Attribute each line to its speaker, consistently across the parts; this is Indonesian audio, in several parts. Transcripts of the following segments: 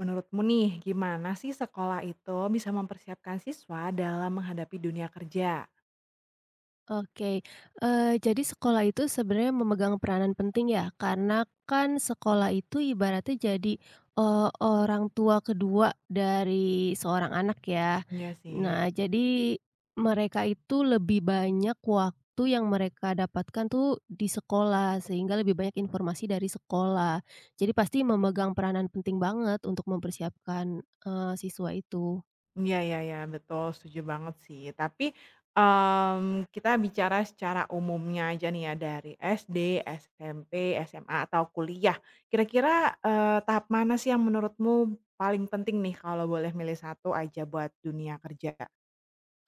Speaker 1: Menurutmu nih, gimana sih sekolah itu bisa mempersiapkan siswa dalam menghadapi dunia kerja?
Speaker 2: Oke, jadi sekolah itu sebenarnya memegang peranan penting ya, karena kan sekolah itu ibaratnya jadi, orang tua kedua dari seorang anak ya.
Speaker 1: Iya sih.
Speaker 2: Nah, jadi mereka itu lebih banyak waktu yang mereka dapatkan tuh di sekolah, sehingga lebih banyak informasi dari sekolah. Jadi pasti memegang peranan penting banget untuk mempersiapkan, siswa itu.
Speaker 1: Iya iya iya, betul, setuju banget sih. Tapi, kita bicara secara umumnya aja nih ya, dari SD, SMP, SMA, atau kuliah. Kira-kira, tahap mana sih yang menurutmu paling penting nih kalau boleh milih satu aja buat dunia kerja?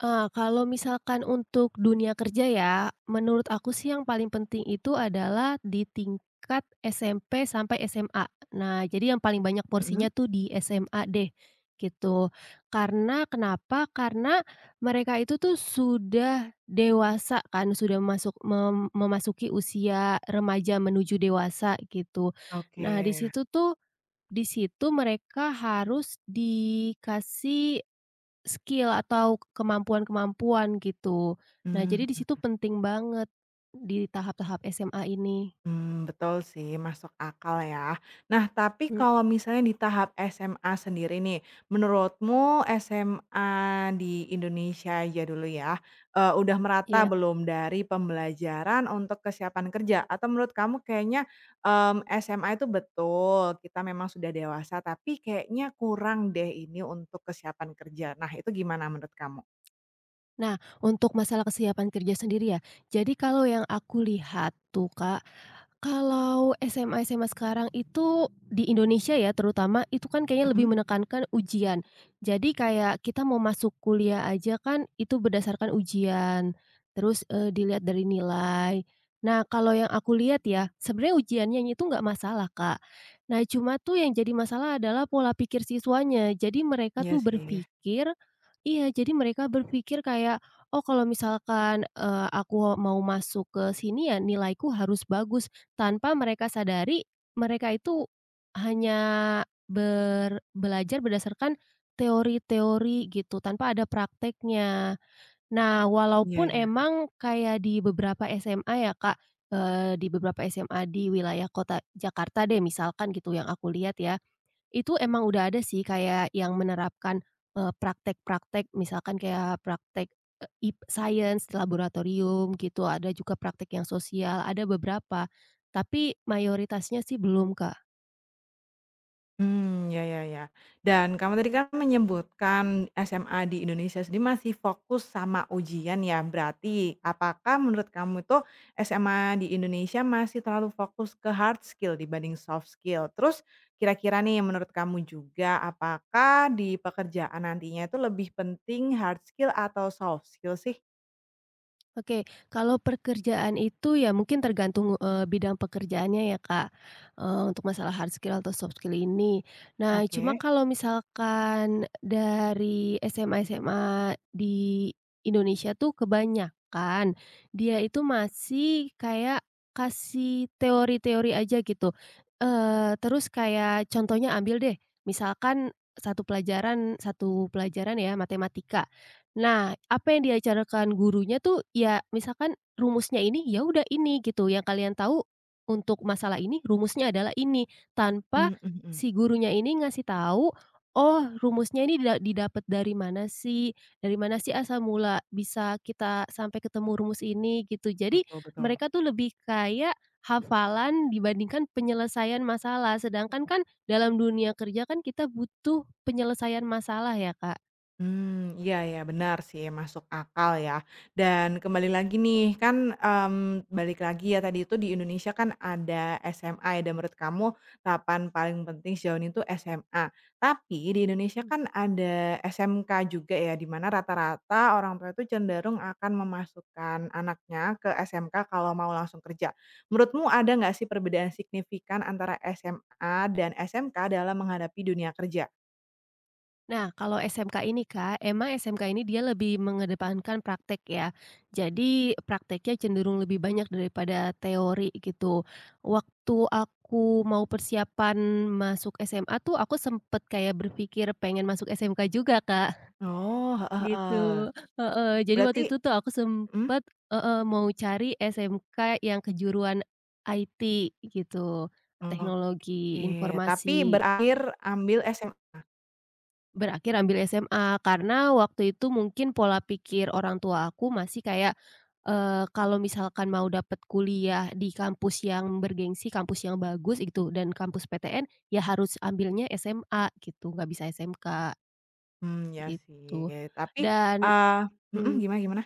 Speaker 2: Kalau misalkan untuk dunia kerja ya, menurut aku sih yang paling penting itu adalah di tingkat SMP sampai SMA. Nah, jadi yang paling banyak
Speaker 1: Mhm,
Speaker 2: porsinya tuh di SMA deh, gitu. Karena kenapa? Karena mereka itu tuh sudah dewasa kan, sudah masuk memasuki usia remaja menuju dewasa, gitu.
Speaker 1: oke.
Speaker 2: Nah, di situ tuh di situ mereka harus dikasih skill atau kemampuan-kemampuan gitu. Nah, jadi di
Speaker 1: Mmm.
Speaker 2: situ penting banget di tahap-tahap SMA ini.
Speaker 1: Mmm, betul sih, masuk akal ya. Nah, tapi
Speaker 2: Mmm,
Speaker 1: kalau misalnya di tahap SMA sendiri nih, menurutmu SMA di Indonesia aja dulu ya, udah merata
Speaker 2: iya.
Speaker 1: belum dari pembelajaran untuk kesiapan kerja? Atau menurut kamu kayaknya, SMA itu betul, kita memang sudah dewasa, tapi kayaknya kurang deh ini untuk kesiapan kerja. Nah, itu gimana menurut kamu?
Speaker 2: Nah, untuk masalah kesiapan kerja sendiri ya, jadi kalau yang aku lihat tuh, Kak, kalau SMA-SMA sekarang itu di Indonesia ya terutama, itu kan kayaknya lebih
Speaker 1: Mhm,
Speaker 2: menekankan ujian. Jadi kayak kita mau masuk kuliah aja kan itu berdasarkan ujian, terus, dilihat dari nilai. Nah, kalau yang aku lihat ya, sebenarnya ujiannya itu nggak masalah, Kak. Nah, cuma tuh yang jadi masalah adalah pola pikir siswanya. Jadi mereka
Speaker 1: iya
Speaker 2: tuh
Speaker 1: sih,
Speaker 2: berpikir iya, jadi mereka berpikir kayak, "Oh, kalau misalkan, aku mau masuk ke sini ya nilaiku harus bagus." Tanpa mereka sadari, mereka itu hanya belajar berdasarkan teori-teori gitu, tanpa ada prakteknya. Nah,
Speaker 1: iya
Speaker 2: walaupun
Speaker 1: iya.
Speaker 2: emang kayak di beberapa SMA ya, Kak, di beberapa SMA di wilayah kota Jakarta deh misalkan gitu yang aku lihat ya, itu emang udah ada sih kayak yang menerapkan, praktek-praktek misalkan kayak praktek, ip sains di laboratorium gitu, ada juga praktek yang sosial, ada beberapa. Tapi mayoritasnya sih belum, Kak.
Speaker 1: Hmm, ya ya ya. Dan kamu tadi kan menyebutkan SMA di Indonesia sendiri masih fokus sama ujian ya, berarti apakah menurut kamu itu SMA di Indonesia masih terlalu fokus ke hard skill dibanding soft skill? Terus kira-kira nih menurut kamu juga apakah di pekerjaan nantinya itu lebih penting hard skill atau soft skill sih?
Speaker 2: Oke, kalau pekerjaan itu ya mungkin tergantung, bidang pekerjaannya ya, Kak, untuk masalah hard skill atau soft skill ini. Nah, cuma
Speaker 1: Oke.
Speaker 2: kalau misalkan dari SMA-SMA di Indonesia tuh kebanyakan dia itu masih kayak kasih teori-teori aja gitu, terus kayak contohnya ambil deh, misalkan satu pelajaran ya matematika. Nah, apa yang diajarkan gurunya tuh, ya misalkan rumusnya ini, ya udah ini gitu, yang kalian tahu untuk masalah ini rumusnya adalah ini, tanpa
Speaker 1: Mhm mhm.
Speaker 2: si gurunya ini ngasih tahu, "Oh rumusnya ini didapat dari mana sih? Dari mana sih asal mula bisa kita sampai ketemu rumus ini?" Gitu. Jadi
Speaker 1: Betul betul.
Speaker 2: mereka tuh lebih kayak hafalan dibandingkan penyelesaian masalah, sedangkan kan dalam dunia kerja kan kita butuh penyelesaian masalah ya, Kak.
Speaker 1: Hmm, iya ya benar sih, masuk akal ya. Dan kembali lagi nih, kan, balik lagi ya tadi itu di Indonesia kan ada SMA ya, dan menurut kamu tahapan paling penting sejauh ini tuh SMA. Tapi di Indonesia kan ada SMK juga ya, di mana rata-rata orang tua itu cenderung akan memasukkan anaknya ke SMK kalau mau langsung kerja. Menurutmu ada nggak sih perbedaan signifikan antara SMA dan SMK dalam menghadapi dunia kerja?
Speaker 2: Nah, kalau SMK ini Kak, emang SMK ini dia lebih mengedepankan praktek ya. Jadi prakteknya cenderung lebih banyak daripada teori gitu. Waktu aku mau persiapan masuk SMA tuh aku sempet kayak berpikir pengen masuk SMK juga Kak,
Speaker 1: Oh, heeh heeh.
Speaker 2: gitu. Heeh, jadi
Speaker 1: Berarti
Speaker 2: waktu itu tuh aku
Speaker 1: mhm,
Speaker 2: sempet heeh, mau cari SMK yang kejuruan IT gitu,
Speaker 1: oke,
Speaker 2: teknologi
Speaker 1: tapi
Speaker 2: informasi.
Speaker 1: berakhir ambil SM.
Speaker 2: Berakhir ambil SMA, karena waktu itu mungkin pola pikir orang tua aku masih kayak, kalau misalkan mau dapet kuliah di kampus yang bergengsi, kampus yang bagus gitu, dan kampus PTN, ya harus ambilnya SMA gitu, nggak bisa SMK,
Speaker 1: Ya
Speaker 2: gitu.
Speaker 1: sih, tapi
Speaker 2: Dan,
Speaker 1: eee mhm,
Speaker 2: mmm
Speaker 1: gimana gimana?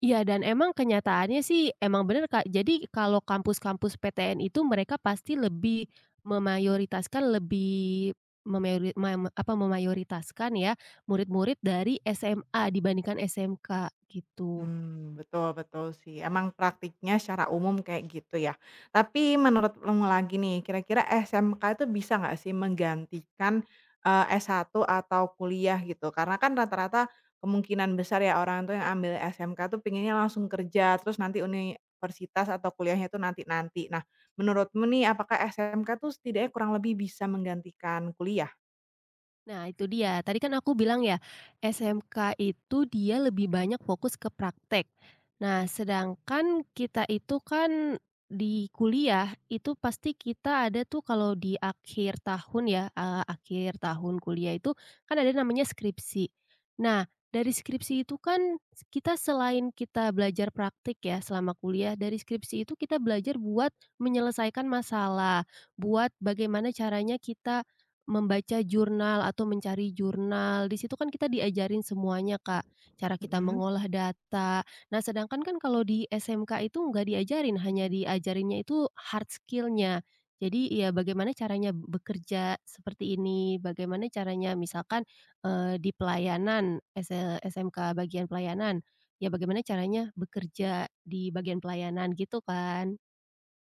Speaker 2: iya, dan emang kenyataannya sih emang bener, Kak. Jadi kalau kampus-kampus PTN itu mereka pasti lebih memayoritaskan lebih memayoritaskan ya, murid-murid dari SMA dibandingkan SMK, gitu.
Speaker 1: Mmm, betul betul sih, emang praktiknya secara umum kayak gitu ya. Tapi menurut kamu lagi nih, kira-kira SMK itu bisa nggak sih menggantikan, satu atau kuliah gitu? Karena kan rata-rata kemungkinan besar ya orang tuh yang ambil SMK tuh pinginnya langsung kerja, terus nanti universitas atau kuliahnya itu nanti-nanti. Nah, menurutmu nih apakah SMK tuh setidaknya kurang lebih bisa menggantikan kuliah?
Speaker 2: Nah itu dia, tadi kan aku bilang ya, SMK itu dia lebih banyak fokus ke praktek. Nah sedangkan kita itu kan di kuliah itu pasti kita ada tuh kalau di akhir tahun ya, akhir tahun kuliah itu kan ada namanya skripsi. Nah dari skripsi itu kan kita selain kita belajar praktik ya selama kuliah, dari skripsi itu kita belajar buat menyelesaikan masalah, buat bagaimana caranya kita membaca jurnal atau mencari jurnal, di situ kan kita diajarin semuanya, Kak. Cara kita
Speaker 1: Mhm.
Speaker 2: mengolah data. Nah, sedangkan kan kalau di SMK itu nggak diajarin, hanya diajarinnya itu hard skill-nya. Jadi, ya bagaimana caranya bekerja seperti ini, bagaimana caranya misalkan, di SMK bagian pelayanan, ya bagaimana caranya bekerja di bagian pelayanan, gitu kan.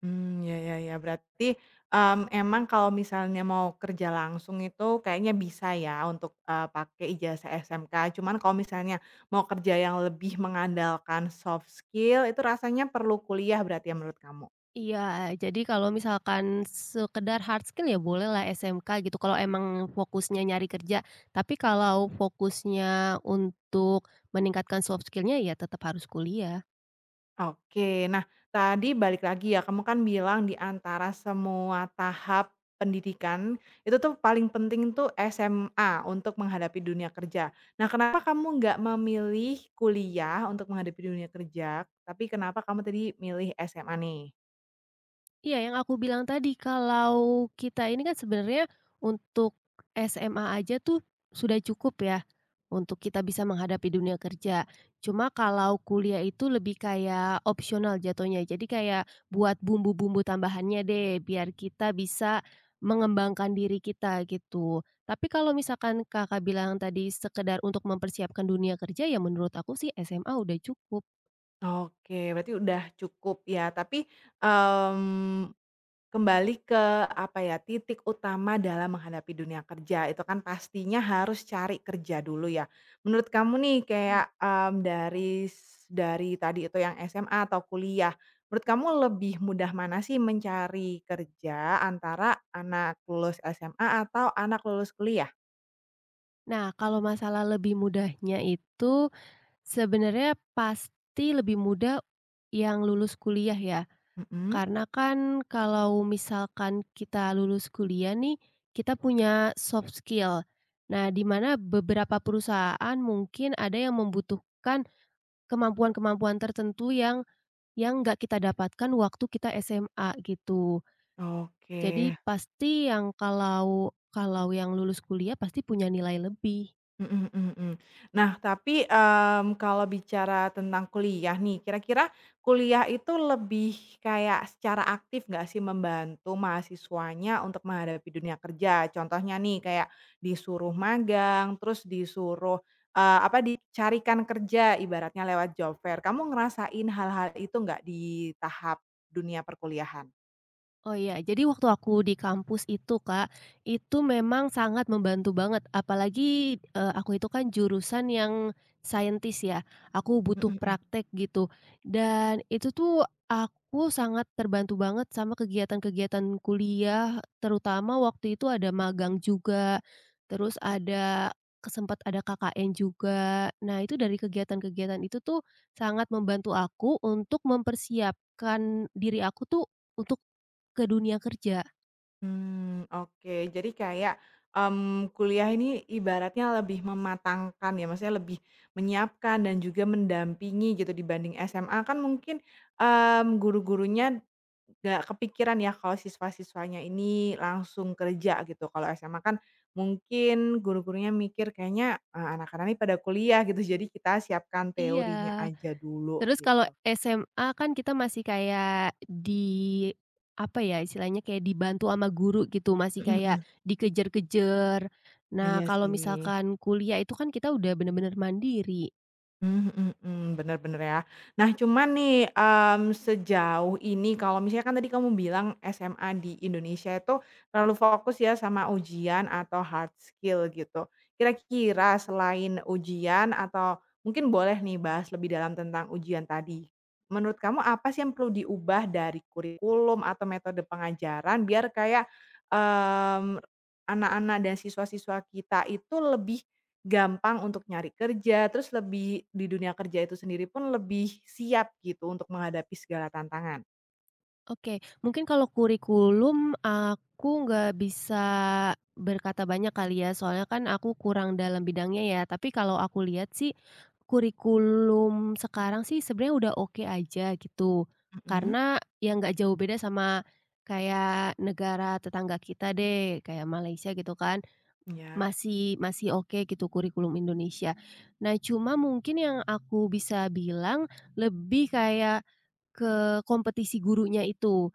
Speaker 1: Mmm, ya ya ya, berarti, emang kalau misalnya mau kerja langsung itu kayaknya bisa ya untuk, pakai ijazah SMK, cuman kalau misalnya mau kerja yang lebih mengandalkan soft skill itu rasanya perlu kuliah berarti ya menurut kamu?
Speaker 2: Iya, jadi kalau misalkan sekedar hard skill ya bolehlah SMK gitu, kalau emang fokusnya nyari kerja. Tapi kalau fokusnya untuk meningkatkan soft skillnya, ya tetap harus kuliah.
Speaker 1: Oke. Nah, tadi balik lagi ya, kamu kan bilang di antara semua tahap pendidikan, itu tuh paling penting tuh SMA untuk menghadapi dunia kerja. Nah, kenapa kamu nggak memilih kuliah untuk menghadapi dunia kerja, tapi kenapa kamu tadi milih SMA nih?
Speaker 2: Iya, yang aku bilang tadi, kalau kita ini kan sebenarnya untuk SMA aja tuh sudah cukup ya, untuk kita bisa menghadapi dunia kerja. Cuma kalau kuliah itu lebih kayak opsional jatuhnya. Jadi kayak buat bumbu-bumbu tambahannya deh, biar kita bisa mengembangkan diri kita gitu. Tapi kalau misalkan Kakak bilang tadi sekedar untuk mempersiapkan dunia kerja, ya menurut aku sih SMA udah cukup.
Speaker 1: Oke, berarti udah cukup ya. Tapi, mmm. Kembali ke, apa ya, titik utama dalam menghadapi dunia kerja, itu kan pastinya harus cari kerja dulu ya. Menurut kamu nih
Speaker 2: Hmm.
Speaker 1: kayak, dari dari tadi itu yang SMA atau kuliah, menurut kamu lebih mudah mana sih mencari kerja antara anak lulus SMA atau anak lulus kuliah?
Speaker 2: Nah, kalau masalah lebih mudahnya itu sebenarnya pasti lebih mudah yang lulus kuliah ya,
Speaker 1: Mhm.
Speaker 2: karena kan kalau misalkan kita lulus kuliah nih, kita punya soft skill. Nah, di mana beberapa perusahaan mungkin ada yang membutuhkan kemampuan-kemampuan tertentu yang nggak kita dapatkan waktu kita SMA gitu. Jadi
Speaker 1: Oke.
Speaker 2: pasti yang kalau kalau yang lulus kuliah pasti punya nilai lebih.
Speaker 1: Mhm mhm mhm. Nah, tapi, kalau bicara tentang kuliah nih, kira-kira kuliah itu lebih kayak secara aktif nggak sih membantu mahasiswanya untuk menghadapi dunia kerja? Contohnya nih, kayak disuruh magang, terus disuruh, apa, dicarikan kerja ibaratnya lewat job fair. Kamu ngerasain hal-hal itu nggak di tahap dunia perkuliahan?
Speaker 2: Oh iya, jadi waktu aku di kampus itu Kak, itu memang sangat membantu banget apalagi, aku itu kan jurusan yang saintis ya, aku
Speaker 1: Mhm
Speaker 2: butuh
Speaker 1: mhm.
Speaker 2: praktek gitu dan itu tuh aku sangat terbantu banget sama kegiatan-kegiatan kuliah, terutama waktu itu ada magang juga, terus ada ke sempat ada KKN juga. Nah itu dari kegiatan-kegiatan itu tuh sangat membantu aku untuk mempersiapkan diri aku tuh untuk ke dunia kerja.
Speaker 1: Hmm, oke. Jadi kayak, kuliah ini ibaratnya lebih mematangkan ya, maksudnya lebih menyiapkan dan juga mendampingi gitu dibanding SMA kan mungkin, guru-gurunya nggak kepikiran ya kalau siswa-siswanya ini langsung kerja gitu. Kalau SMA kan mungkin guru-gurunya mikir kayaknya, anak-anak ini pada kuliah gitu, jadi kita siapkan
Speaker 2: Iya,
Speaker 1: teorinya aja dulu
Speaker 2: terus kalau
Speaker 1: gitu.
Speaker 2: SMA kan kita masih kayak apa ya, istilahnya kayak dibantu sama guru gitu, masih
Speaker 1: Mhm
Speaker 2: kayak
Speaker 1: mhm.
Speaker 2: dikejar-kejar. Nah,
Speaker 1: Iya
Speaker 2: kalau
Speaker 1: sih.
Speaker 2: misalkan kuliah itu kan kita udah bener-bener mandiri.
Speaker 1: Mmm, mhm mhm, bener bener ya. Nah cuman nih, sejauh ini kalau misalnya kan tadi kamu bilang SMA di Indonesia itu terlalu fokus ya sama ujian atau hard skill gitu. Kira-kira selain ujian atau mungkin boleh nih bahas lebih dalam tentang ujian tadi. Menurut kamu apa sih yang perlu diubah dari kurikulum atau metode pengajaran biar kayak, mmm, anak-anak dan siswa-siswa kita itu lebih gampang untuk nyari kerja, terus lebih di dunia kerja itu sendiri pun lebih siap gitu untuk menghadapi segala tantangan.
Speaker 2: Oke, mungkin kalau kurikulum aku nggak bisa berkata banyak kali ya, soalnya kan aku kurang dalam bidangnya ya. Tapi kalau aku lihat sih, kurikulum sekarang sih sebenarnya udah oke aja gitu.
Speaker 1: Mhm.
Speaker 2: Karena ya nggak jauh beda sama kayak negara tetangga kita deh, kayak Malaysia gitu kan.
Speaker 1: Iya.
Speaker 2: Masih Masih oke gitu kurikulum Indonesia. Nah, cuma mungkin yang aku bisa bilang lebih kayak ke kompetisi gurunya itu.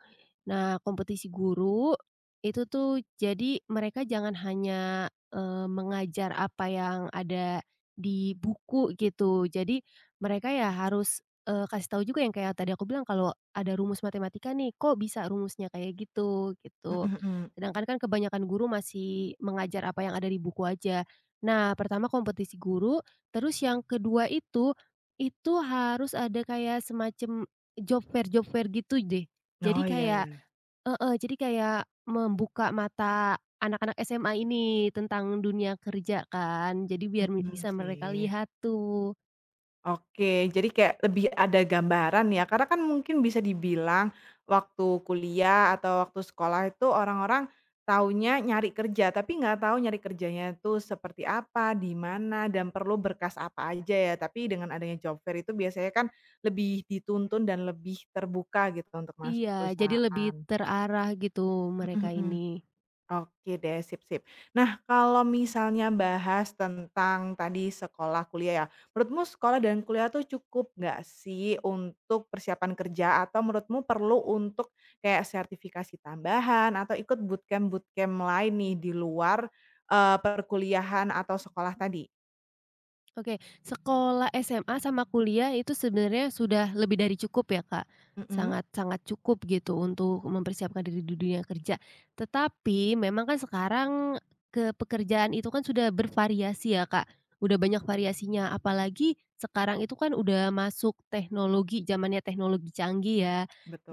Speaker 2: Nah, kompetisi guru itu tuh jadi mereka jangan hanya, mengajar apa yang ada di buku gitu. Jadi mereka ya harus, kasih tahu juga yang kayak tadi aku bilang kalau ada rumus matematika nih, "Kok bisa rumusnya kayak gitu?"
Speaker 1: Mhm
Speaker 2: Gitu.
Speaker 1: mhm.
Speaker 2: Sedangkan kan kebanyakan guru masih mengajar apa yang ada di buku aja. Nah, pertama kompetisi guru, terus yang kedua itu harus ada kayak semacam job fair gitu deh. Jadi
Speaker 1: Oh, iya
Speaker 2: kayak
Speaker 1: iya.
Speaker 2: heeh, jadi kayak membuka mata anak-anak SMA ini tentang dunia kerja kan, jadi biar mi
Speaker 1: Mhm,
Speaker 2: bisa mereka
Speaker 1: sih.
Speaker 2: lihat tuh.
Speaker 1: Oke, jadi kayak lebih ada gambaran ya, karena kan mungkin bisa dibilang waktu kuliah atau waktu sekolah itu orang-orang taunya nyari kerja, tapi nggak tahu nyari kerjanya itu seperti apa, di mana, dan perlu berkas apa aja ya. Tapi dengan adanya job fair itu biasanya kan lebih dituntun dan lebih terbuka gitu untuk masuk
Speaker 2: Iya, jadi lebih
Speaker 1: perusahaan.
Speaker 2: terarah gitu mereka ini.
Speaker 1: Oke deh, sip sip. Nah, kalau misalnya bahas tentang tadi sekolah, kuliah ya, menurutmu sekolah dan kuliah tuh cukup nggak sih untuk persiapan kerja atau menurutmu perlu untuk kayak sertifikasi tambahan atau ikut bootcamp-bootcamp lain nih di luar, perkuliahan atau sekolah tadi?
Speaker 2: Oke, sekolah SMA sama kuliah itu sebenarnya sudah lebih dari cukup ya, Kak.
Speaker 1: Mhm,
Speaker 2: Sangat-sangat cukup gitu untuk mempersiapkan diri di dunia kerja. Tetapi memang kan sekarang ke pekerjaan itu kan sudah bervariasi ya, Kak. Udah banyak variasinya, apalagi sekarang itu kan udah masuk teknologi, zamannya teknologi canggih ya.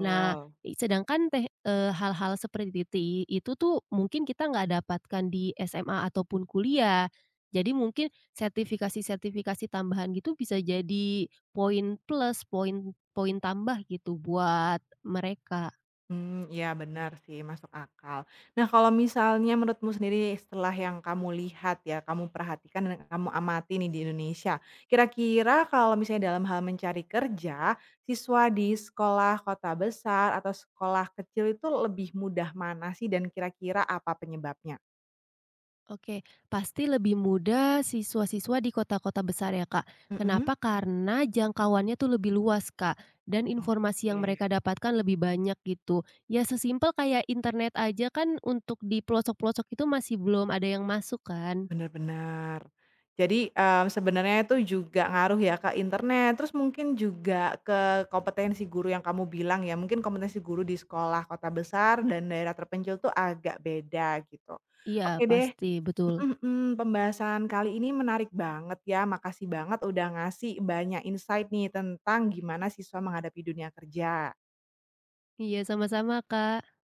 Speaker 2: Nah, hal-hal seperti itu tuh mungkin kita nggak dapatkan di SMA ataupun kuliah. Jadi mungkin sertifikasi-sertifikasi tambahan gitu bisa jadi poin plus, poin poin tambah gitu buat mereka.
Speaker 1: Hmm, ya benar sih, masuk akal. Nah, kalau misalnya menurutmu sendiri setelah yang kamu lihat ya, kamu perhatikan dan kamu amati nih di Indonesia, kira-kira kalau misalnya dalam hal mencari kerja, siswa di sekolah kota besar atau sekolah kecil itu lebih mudah mana sih dan kira-kira apa penyebabnya?
Speaker 2: Oke, pasti lebih mudah siswa-siswa di kota-kota besar ya Kak.
Speaker 1: Mhm.
Speaker 2: Kenapa? Karena jangkauannya tuh lebih luas Kak, dan informasi yang
Speaker 1: Oke.
Speaker 2: mereka dapatkan lebih banyak gitu. Ya sesimpel kayak internet aja kan untuk di pelosok-pelosok itu masih belum ada yang masuk kan?
Speaker 1: Benar-benar. Jadi, sebenarnya itu juga ngaruh ya ke internet, terus mungkin juga ke kompetensi guru yang kamu bilang ya, mungkin kompetensi guru di sekolah kota besar dan daerah terpencil tuh agak beda gitu.
Speaker 2: Iya,
Speaker 1: Oke deh,
Speaker 2: pasti, betul.
Speaker 1: mhm mhm, pembahasan kali ini menarik banget ya, makasih banget udah ngasih banyak insight nih tentang gimana siswa menghadapi dunia kerja.
Speaker 2: Iya sama-sama Kak.